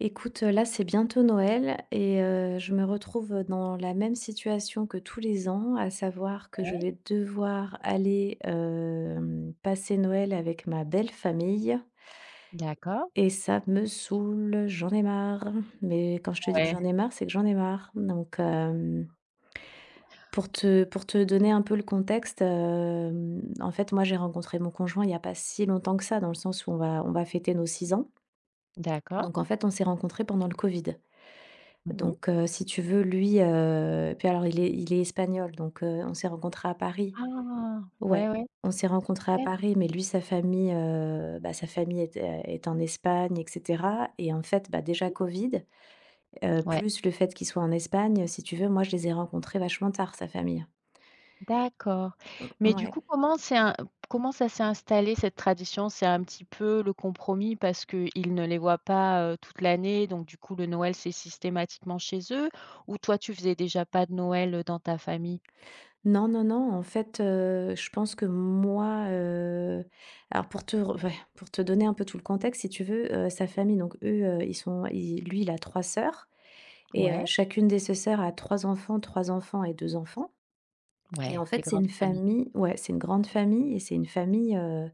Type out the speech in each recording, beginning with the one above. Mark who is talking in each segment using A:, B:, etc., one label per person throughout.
A: Écoute, là, c'est bientôt Noël et je me retrouve, dans la même situation que tous les ans, à savoir que je
B: Ouais,
A: vais devoir aller, passer Noël avec ma belle famille,
B: d'accord.
A: et ça me saoule, j'en ai marre. Mais quand je te dis que
B: Ouais.
A: j'en ai marre, c'est que j'en ai marre. Donc, pour te donner un peu le contexte, en fait, moi, j'ai rencontré mon conjoint il n'y a pas si longtemps que ça, dans le sens où on va fêter nos 6 ans.
B: D'accord.
A: Donc en fait, on s'est rencontrés pendant le covid.
B: Mmh mh.
A: Donc, si tu veux, lui, puis alors il est espagnol, donc, on s'est rencontrés à Paris.
B: Ah! Ouais,
A: Ouais,
B: ouais,
A: on s'est rencontrés à
B: super.
A: Paris, mais lui, sa famille, bah, sa famille est en Espagne et cetera. Et en fait, bah, déjà
B: Mmh.
A: Covid,
B: Ouais,
A: plus le fait qu'il soit en Espagne, si tu veux, moi, je les ai rencontrés vachement tard, sa famille.
B: d'accord. Mais du
A: Ouais.
B: coup, comment c'est un comment ça s'est installé cette tradition? C'est un petit peu le compromis parce qu'ils ne les voient pas, toute l'année, donc du coup, le Noël, c'est systématiquement chez eux? Ou toi, tu faisais déjà pas de Noël, dans ta famille?
A: Non, non, non, en fait, je pense que moi, alors pour te donner un peu tout le contexte, si tu veux, sa famille, donc eux, ils sont ils lui, il a 3 sœurs. Et
B: Ouais,
A: chacune des ses sœurs a 3 enfants et 2 enfants. Et en
B: ouais, des
A: fait, c'est
B: grandes
A: une
B: familles.
A: famille, ouais, c'est une grande famille, et c'est une famille, heu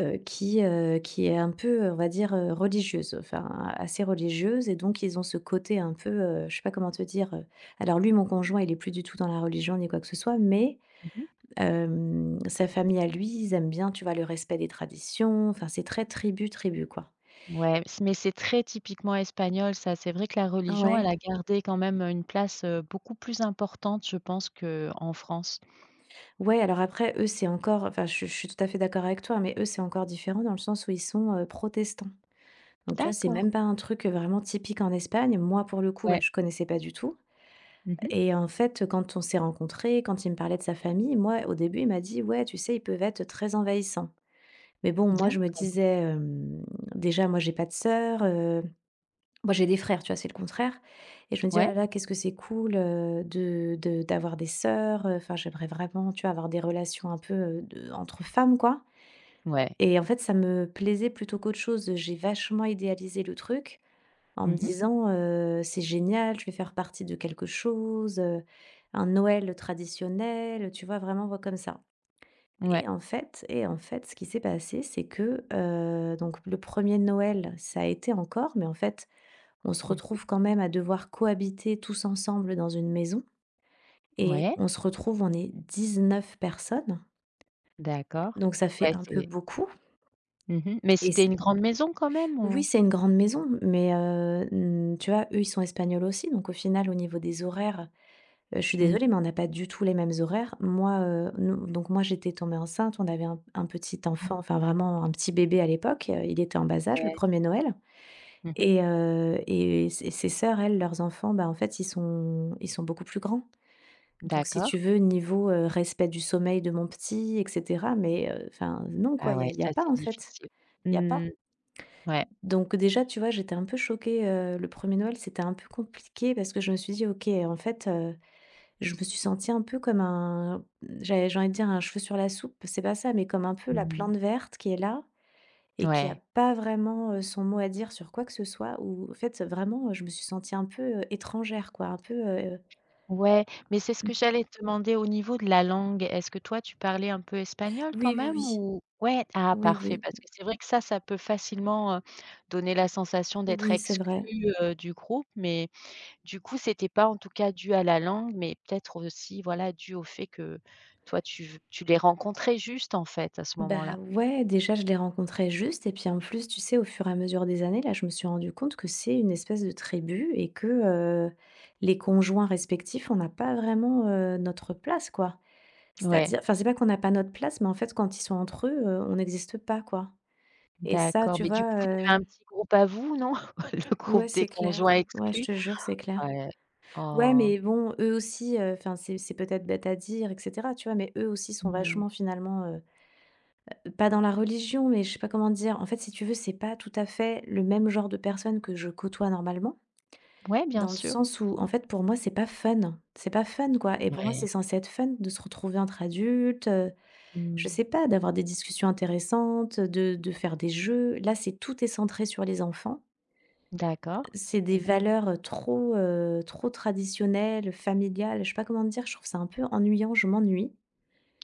A: heu, qui est un peu, on va dire, religieuse, enfin, assez religieuse, et donc ils ont ce côté un peu, je sais pas comment te dire. Alors lui, mon conjoint, il est plus du tout dans la religion ni quoi que ce soit, mais
B: Mmh mh.
A: sa famille à lui, ils aiment bien, tu vois, le respect des traditions, enfin, c'est très tribu, tribu, quoi.
B: Ouais, c mais c'est très typiquement espagnol ça. C'est vrai que la religion,
A: Ouais.
B: elle a gardé quand même, une place, beaucoup plus importante, je pense, qu'en France.
A: Ouais, alors après, eux, c'est encore, enfin, je suis tout à fait d'accord avec toi, mais eux, c'est encore différent dans le sens où ils sont, protestants. Donc tu vois, c'est
B: D'accord.
A: même pas un truc vraiment typique en Espagne. Moi, pour le coup, bah,
B: Ouais.
A: je connaissais pas du tout.
B: Mmh mh.
A: Et en fait, quand on s'est rencontrés, quand il me parlait de sa famille, moi, au début, il m'a dit: «Ouais, tu sais, ils peuvent être très envahissants». Mais bon, moi, je me disais, déjà, moi, j'ai pas de sœur. Moi, j'ai des frères, tu vois? C'est le contraire, et je me dis: «Oh là
B: Ouais,
A: là, qu'est-ce que c'est cool, de d'avoir des sœurs», enfin, j'aimerais vraiment, tu vois, avoir des relations un peu, de entre femmes, quoi.
B: ouais.
A: Et en fait, ça me plaisait plutôt qu'autre chose. J'ai vachement idéalisé le truc en me
B: Mmh.
A: disant, «C'est génial, je vais faire partie de quelque chose, un Noël traditionnel», tu vois? Vraiment, voit comme ça.
B: Ouais.
A: Et en fait, ce qui s'est passé, c'est que, donc le premier Noël, ça a été encore, mais en fait, on se
B: Mmh.
A: retrouve quand même à devoir cohabiter tous ensemble dans une maison, et
B: Ouais,
A: on se retrouve, on est 19 personnes,
B: d'accord.
A: donc ça fait
B: Ouais,
A: un peu
B: c'est
A: beaucoup.
B: mmh Mais
A: Et
B: c'était
A: c
B: une grande maison quand même
A: Oui,
B: ou?
A: c'est une grande maison, mais tu vois, eux, ils sont espagnols aussi, donc au final, au niveau des horaires, je suis
B: Mmh.
A: désolée, mais on n'a pas du tout les mêmes horaires. Moi, nous donc moi, j'étais tombée enceinte, on avait un petit enfant, enfin vraiment un petit bébé à l'époque, il était en bas âge, le
B: Ouais.
A: premier Noël.
B: Mmh.
A: Et ses sœurs, elles, leurs enfants, bah, en fait, ils sont beaucoup plus grands. Donc si
B: D'accord.
A: tu veux, niveau, respect du sommeil de mon petit et cetera, mais enfin non, quoi,
B: Ah
A: il y a
B: ouais,
A: y a
B: ça
A: pas,
B: c'est
A: en fait,
B: difficile.
A: il y a pas.
B: Mmh. Ouais.
A: Donc déjà, tu vois, j'étais un peu choquée, le premier Noël, c'était un peu compliqué parce que je me suis dit: «OK, en fait,» je me suis sentie un peu comme un j'avais j'ai envie de dire un cheveu sur la soupe, c'est pas ça, mais comme un peu la
B: Mmh.
A: plante verte qui est là et qui a
B: Ouais.
A: pas vraiment, son mot à dire sur quoi que ce soit, ou en fait, vraiment, je me suis sentie un peu, étrangère, quoi, un peu,
B: Ouais, mais c'est ce que j'allais te demander au niveau de la langue. Est-ce que toi, tu parlais un peu espagnol quand
A: oui, oui,
B: même
A: oui.
B: ou ouais, ah
A: Oui,
B: parfait,
A: oui.
B: parce que c'est vrai que ça peut facilement, donner la sensation d'être
A: Oui, c'est vrai.
B: exclu, du groupe, mais du coup, c'était pas en tout cas dû à la langue, mais peut-être aussi, voilà, dû au fait que toi, tu les rencontrais juste, en fait, à ce
A: Bah,
B: moment-là?
A: ouais, déjà, je les rencontrais juste. Et puis, en plus, tu sais, au fur et à mesure des années, là, je me suis rendu compte que c'est une espèce de tribu, et que, les conjoints respectifs, on n'a pas vraiment, notre place, quoi.
B: Ouais,
A: C'est-à-dire, enfin, c'est pas qu'on n'a pas notre place, mais en fait, quand ils sont entre eux, on n'existe pas, quoi. Et ça,
B: d'accord,
A: tu
B: mais du coup,
A: vois,
B: vous avez un petit groupe à vous, non? Le
A: ouais,
B: groupe des
A: c'est clair.
B: conjoints
A: Ouais, je
B: exclus?
A: te jure, c'est clair.
B: Ouais.
A: Ouais,
B: Oh.
A: mais bon, eux aussi, enfin, c'est peut-être bête à dire et cetera, tu vois? Mais eux aussi sont
B: Mmh.
A: vachement, finalement, pas dans la religion, mais je sais pas comment dire. En fait, si tu veux, c'est pas tout à fait le même genre de personne que je côtoie normalement,
B: Ouais, bien
A: dans le
B: sûr.
A: sens où, en fait, pour moi, c'est pas fun. C'est pas fun, quoi. Et pour moi,
B: Ouais.
A: c'est censé être fun de se retrouver entre adultes, je
B: Mmh.
A: sais pas, d'avoir des discussions intéressantes, de faire des jeux. Là, c'est tout est centré sur les enfants.
B: D'accord.
A: C'est des
B: Mmh mh.
A: valeurs trop, trop traditionnelles, familiales. Je sais pas comment te dire. Je trouve ça un peu ennuyant. Je m'ennuie.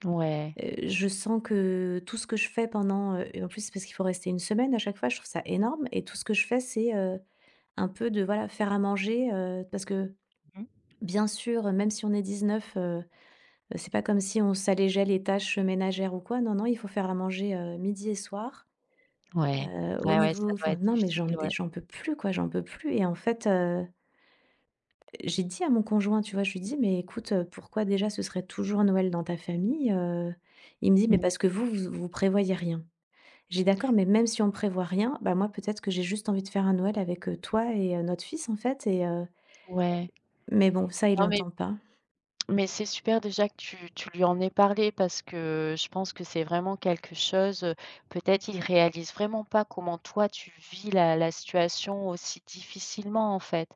B: Ouais.
A: Je sens que tout ce que je fais pendant, et en plus, c'est parce qu'il faut rester une semaine à chaque fois, je trouve ça énorme, et tout ce que je fais, c'est, un peu de, voilà, faire à manger, parce que
B: Mmh mh.
A: bien sûr, même si on est 19, c'est pas comme si on s'allégeait les tâches ménagères ou quoi. Non, non, il faut faire à manger, midi et soir,
B: Ouais.
A: au
B: Ouais, ouais, ça
A: niveau
B: doit
A: enfin,
B: être
A: non, mais
B: difficile, ouais.
A: j'en peux plus, quoi, j'en peux plus. Et en fait, j'ai dit à mon conjoint, tu vois? Je lui dis: «Mais écoute, pourquoi déjà ce serait toujours Noël dans ta famille?» Il me dit: «Mais
B: Mmh.
A: parce que vous, vous vous prévoyez rien». J'ai dit, d'accord, mais même si on prévoit rien, bah, moi, peut-être que j'ai juste envie de faire un Noël avec, toi et notre fils, en fait.
B: Ouais.
A: Mais bon, ça, il
B: Non, mais
A: l'entend pas.
B: mais c'est super déjà que tu lui en aies parlé parce que je pense que c'est vraiment quelque chose, peut-être il réalise vraiment pas comment toi tu vis la situation aussi difficilement, en fait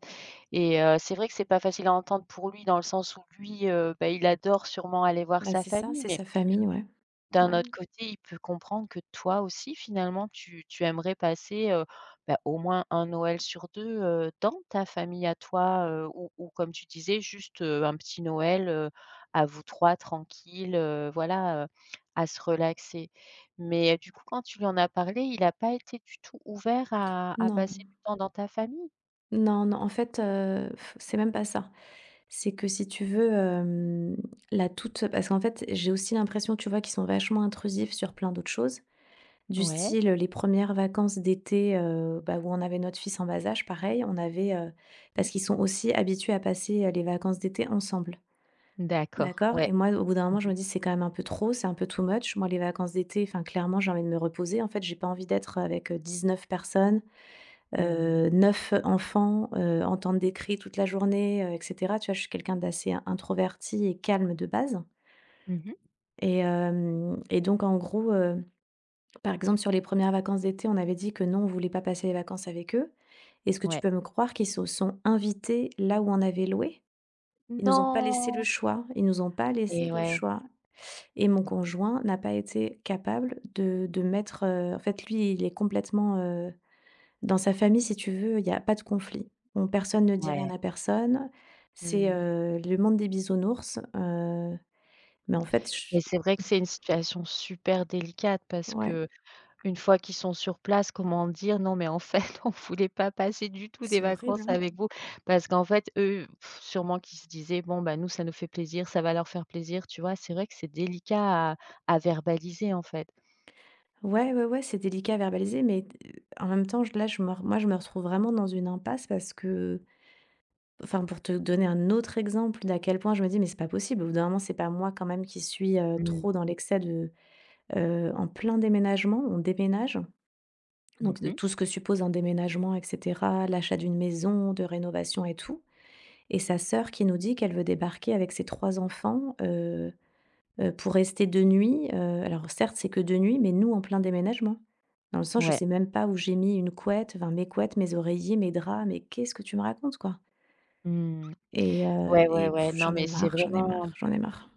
B: et c'est vrai que c'est pas facile à entendre pour lui dans le sens où lui, bah, il adore sûrement aller voir
A: Bah,
B: sa
A: c'est ça,
B: famille,
A: c'est
B: mais
A: sa famille, ouais.
B: D'un
A: Ouais.
B: autre côté, il peut comprendre que toi aussi finalement tu aimerais passer, bah, au moins un Noël sur 2 dans ta famille à toi, ou comme tu disais juste, un petit Noël, à vous 3 tranquilles, voilà, à se relaxer. Mais, du coup quand tu lui en as parlé, il a pas été du tout ouvert à passer
A: Non,
B: du temps dans ta famille?
A: non, non, en fait, c'est même pas ça. C'est que si tu veux, hem, la toute parce qu'en fait, j'ai aussi l'impression, tu vois, qu'ils sont vachement intrusifs sur plein d'autres choses. Du
B: Ouais.
A: style, les premières vacances d'été, bah, où on avait notre fils en bas âge, pareil,
B: Mmh.
A: parce qu'ils sont aussi habitués à passer, les vacances d'été ensemble.
B: D'accord.
A: D'accord.
B: Ouais.
A: Et moi, au bout d'un
B: Mmh
A: moment, je
B: mh.
A: me dis: «C'est quand même un peu trop, c'est un peu too much». Moi, les vacances d'été, enfin, clairement, j'ai envie de me reposer. En fait, j'ai pas envie d'être avec, 19 personnes,
B: Mmh.
A: 9 enfants, entendre des cris toute la journée, et cetera. Tu vois, je suis quelqu'un d'assez introverti et calme de base.
B: Mmh.
A: Et donc en gros, par exemple, sur les premières vacances d'été, on avait dit que non, on voulait pas passer les vacances avec eux. Est ce que tu
B: Ouais.
A: peux me croire qu'ils se sont invités là où on avait loué? Ils nous ont pas laissé le
B: Non!
A: choix, ils nous ont pas laissé
B: Et
A: le
B: ouais,
A: choix. Et mon conjoint n'a pas été capable de mettre, en fait, lui, il est complètement, dans sa famille, si tu veux, il y a pas de conflit. On Personne ne dit rien
B: ouais.
A: à personne. C'est,
B: Mmh.
A: le monde des bisounours, mais en fait, ch
B: Mais c'est vrai que c'est une situation super délicate parce
A: ouais,
B: que une fois qu'ils sont sur place, comment dire: «Non mais en fait, on voulait pas passer du tout des
A: c'est horrible,
B: vacances
A: hein.
B: avec vous». Parce qu'en fait, eux, pff, sûrement qu'ils se disaient: «Bon, bah, nous, ça nous fait plaisir, ça va leur faire plaisir», tu vois? C'est vrai que c'est délicat à verbaliser, en fait.
A: Ouais, ouais, ouais, c'est délicat à verbaliser, mais d en même temps, j là, je me re moi, je me retrouve vraiment dans une impasse, parce que, enfin, pour te donner un autre exemple d'à quel point je me dis: «Mais c'est pas possible, au bout d'un moment, c'est pas moi quand même qui suis,
B: Mmh.
A: trop dans l'excès de en plein déménagement, on déménage, donc de
B: Mmh.
A: tout ce que suppose un déménagement et cetera, l'achat d'une maison, de rénovation et tout. Et sa sœur qui nous dit qu'elle veut débarquer avec ses 3 enfants, pour rester 2 nuits, alors certes, c'est que 2 nuits, mais nous en plein déménagement. Dans le sens, je
B: Ouais.
A: sais même pas où j'ai mis une couette, enfin mes couettes, mes oreillers, mes draps, mais qu'est-ce que tu me racontes, quoi?
B: Mmh.
A: Et heu
B: Ouais, ouais,
A: et
B: ouais.
A: pff,
B: Non
A: j'en ai
B: mais
A: marre, j'en ai marre, j'en ai marre.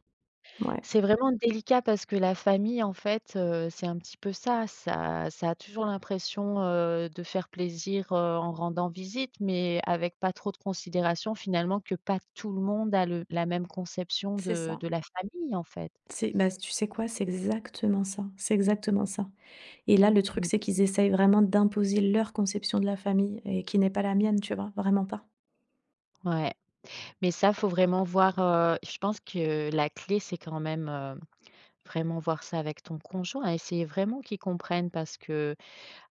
A: Ouais,
B: C'est vraiment délicat parce que la famille, en fait, c'est un petit peu ça. Ça a toujours l'impression, de faire plaisir, en rendant visite, mais avec pas trop de considération finalement que pas tout le monde a le la même conception
A: c'est ça.
B: de la famille, en fait.
A: C'est Bah, tu sais quoi? C'est exactement ça, c'est exactement ça. Et là, le truc,
B: Mmh.
A: c'est qu'ils essayent vraiment d'imposer leur conception de la famille, et qui n'est pas la mienne, tu vois? Vraiment pas.
B: Ouais, mais ça, faut vraiment voir, je pense que la clé, c'est quand même, vraiment voir ça avec ton conjoint. Essayer vraiment qu'il comprenne parce que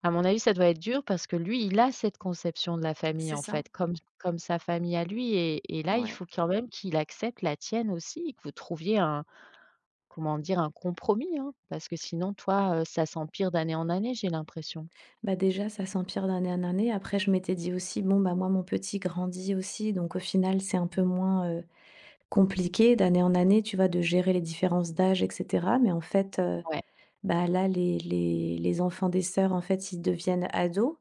B: À mon avis, ça doit être dur parce que lui, il a cette conception de la famille,
A: C'est
B: en
A: ça,
B: fait, comme Mmh. comme sa famille à lui et là, il
A: ouais.
B: faut quand même qu'il accepte la tienne aussi et que vous trouviez un comment dire? Un compromis, hein, parce que sinon, toi, ça s'empire d'année en année, j'ai l'impression.
A: Bah, déjà, ça s'empire d'année en année. Après, je m'étais dit aussi: «Bon, bah, moi, mon petit grandit aussi, donc au final, c'est un peu moins, compliqué d'année en année, tu vois, de gérer les différences d'âge et cetera». Mais en fait,
B: Ouais.
A: bah, là, les enfants des sœurs, en fait, ils deviennent ados.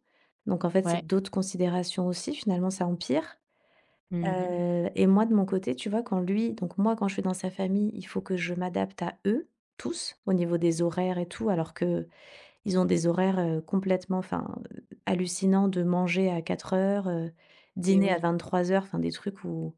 A: Donc en fait, c'est
B: Ouais.
A: d'autres considérations aussi, finalement, ça empire.
B: Mmh.
A: Moi de mon côté, tu vois, quand lui donc moi quand je vais dans sa famille, il faut que je m'adapte à eux, tous, au niveau des horaires et tout, alors que ils ont des horaires, complètement, enfin, hallucinants, de manger à 4h,
B: Et
A: dîner à
B: oui.
A: 23 heures, enfin des trucs où,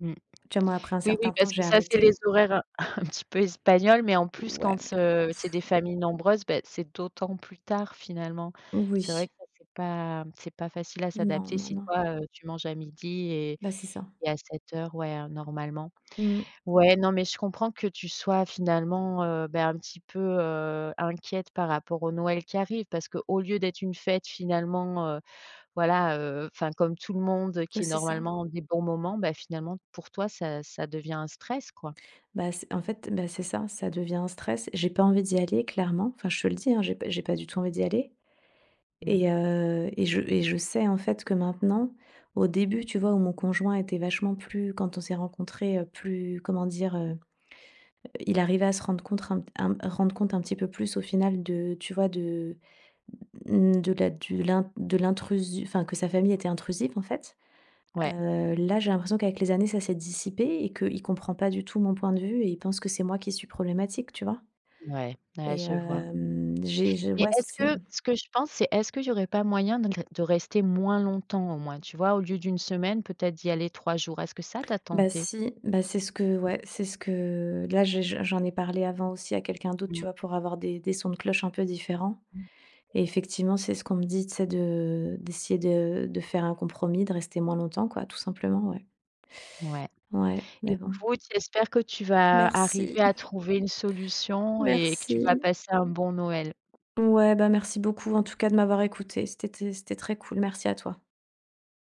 B: Mmh.
A: tu vois, moi, après un
B: Oui, oui,
A: certain temps,
B: parce que
A: j'ai
B: ça, c'est les
A: arrêté.
B: horaires un un petit peu espagnols, mais en plus,
A: Ouais,
B: quand,
A: mais
B: c'est des
A: Pff,
B: familles nombreuses, beh, c'est d'autant plus tard finalement. C'est vrai
A: oui,
B: que ça, c'est pas facile à
A: non,
B: s'adapter
A: non,
B: si
A: non.
B: toi, tu manges à midi et
A: Bah, c'est ça.
B: à 7 heures ouais, normalement.
A: Mmh,
B: Ouais, non, mais je comprends que tu sois finalement, bah, un petit peu, inquiète par rapport au Noël qui arrive parce qu'au lieu d'être une fête finalement, voilà, enfin comme tout le monde
A: ouais,
B: qui est
A: c'est ça.
B: normalement des bons moments, bah, finalement pour toi ça devient un stress quoi.
A: Bah, c'est En fait, bah, c'est ça, ça devient un stress. J'ai pas envie d'y aller, clairement, enfin je te le dis, hein, j'ai pas du tout envie d'y aller.
B: Mmh.
A: Et je sais, en fait, que maintenant, au début, tu vois, où mon conjoint était vachement plus, quand on s'est rencontrés, plus comment dire? Il arrivait à se rendre compte un petit peu plus au final de, tu vois, de, mmh, de la du l'in de l'intrusi enfin, que sa famille était intrusive, en fait.
B: Ouais,
A: Là, j'ai l'impression qu'avec les années, ça s'est dissipé, et qu'il comprend pas du tout mon point de vue, et il pense que c'est moi qui suis problématique, tu vois?
B: ouais, ouais,
A: Et
B: je vois.
A: hem, j'ai
B: Mais
A: ouais,
B: est-ce
A: c'est.
B: que ce que je pense, c'est est-ce qu'il y aurait pas moyen de rester moins longtemps au moins? Tu vois? Au lieu d'une semaine, peut-être d'y aller 3 jours. Est-ce que ça tu
A: Bah
B: tenté?
A: si, bah c'est ce que ouais, c'est ce que là j'ai j'en ai parlé avant aussi à quelqu'un d'autre, tu
B: Mmh
A: vois, pour avoir des sons de cloche un peu différents,
B: mh.
A: et effectivement, c'est ce qu'on me dit, c'est de d'essayer de faire un compromis, de rester moins longtemps, quoi, tout simplement, ouais.
B: Ouais.
A: Ouais, mais bon.
B: Écoute, j'espère que tu vas
A: Merci,
B: arriver à trouver une solution et que tu vas
A: merci.
B: passer un bon Noël.
A: Ouais, bah merci beaucoup en tout cas de m'avoir écoutée. C'était très cool. Merci à toi.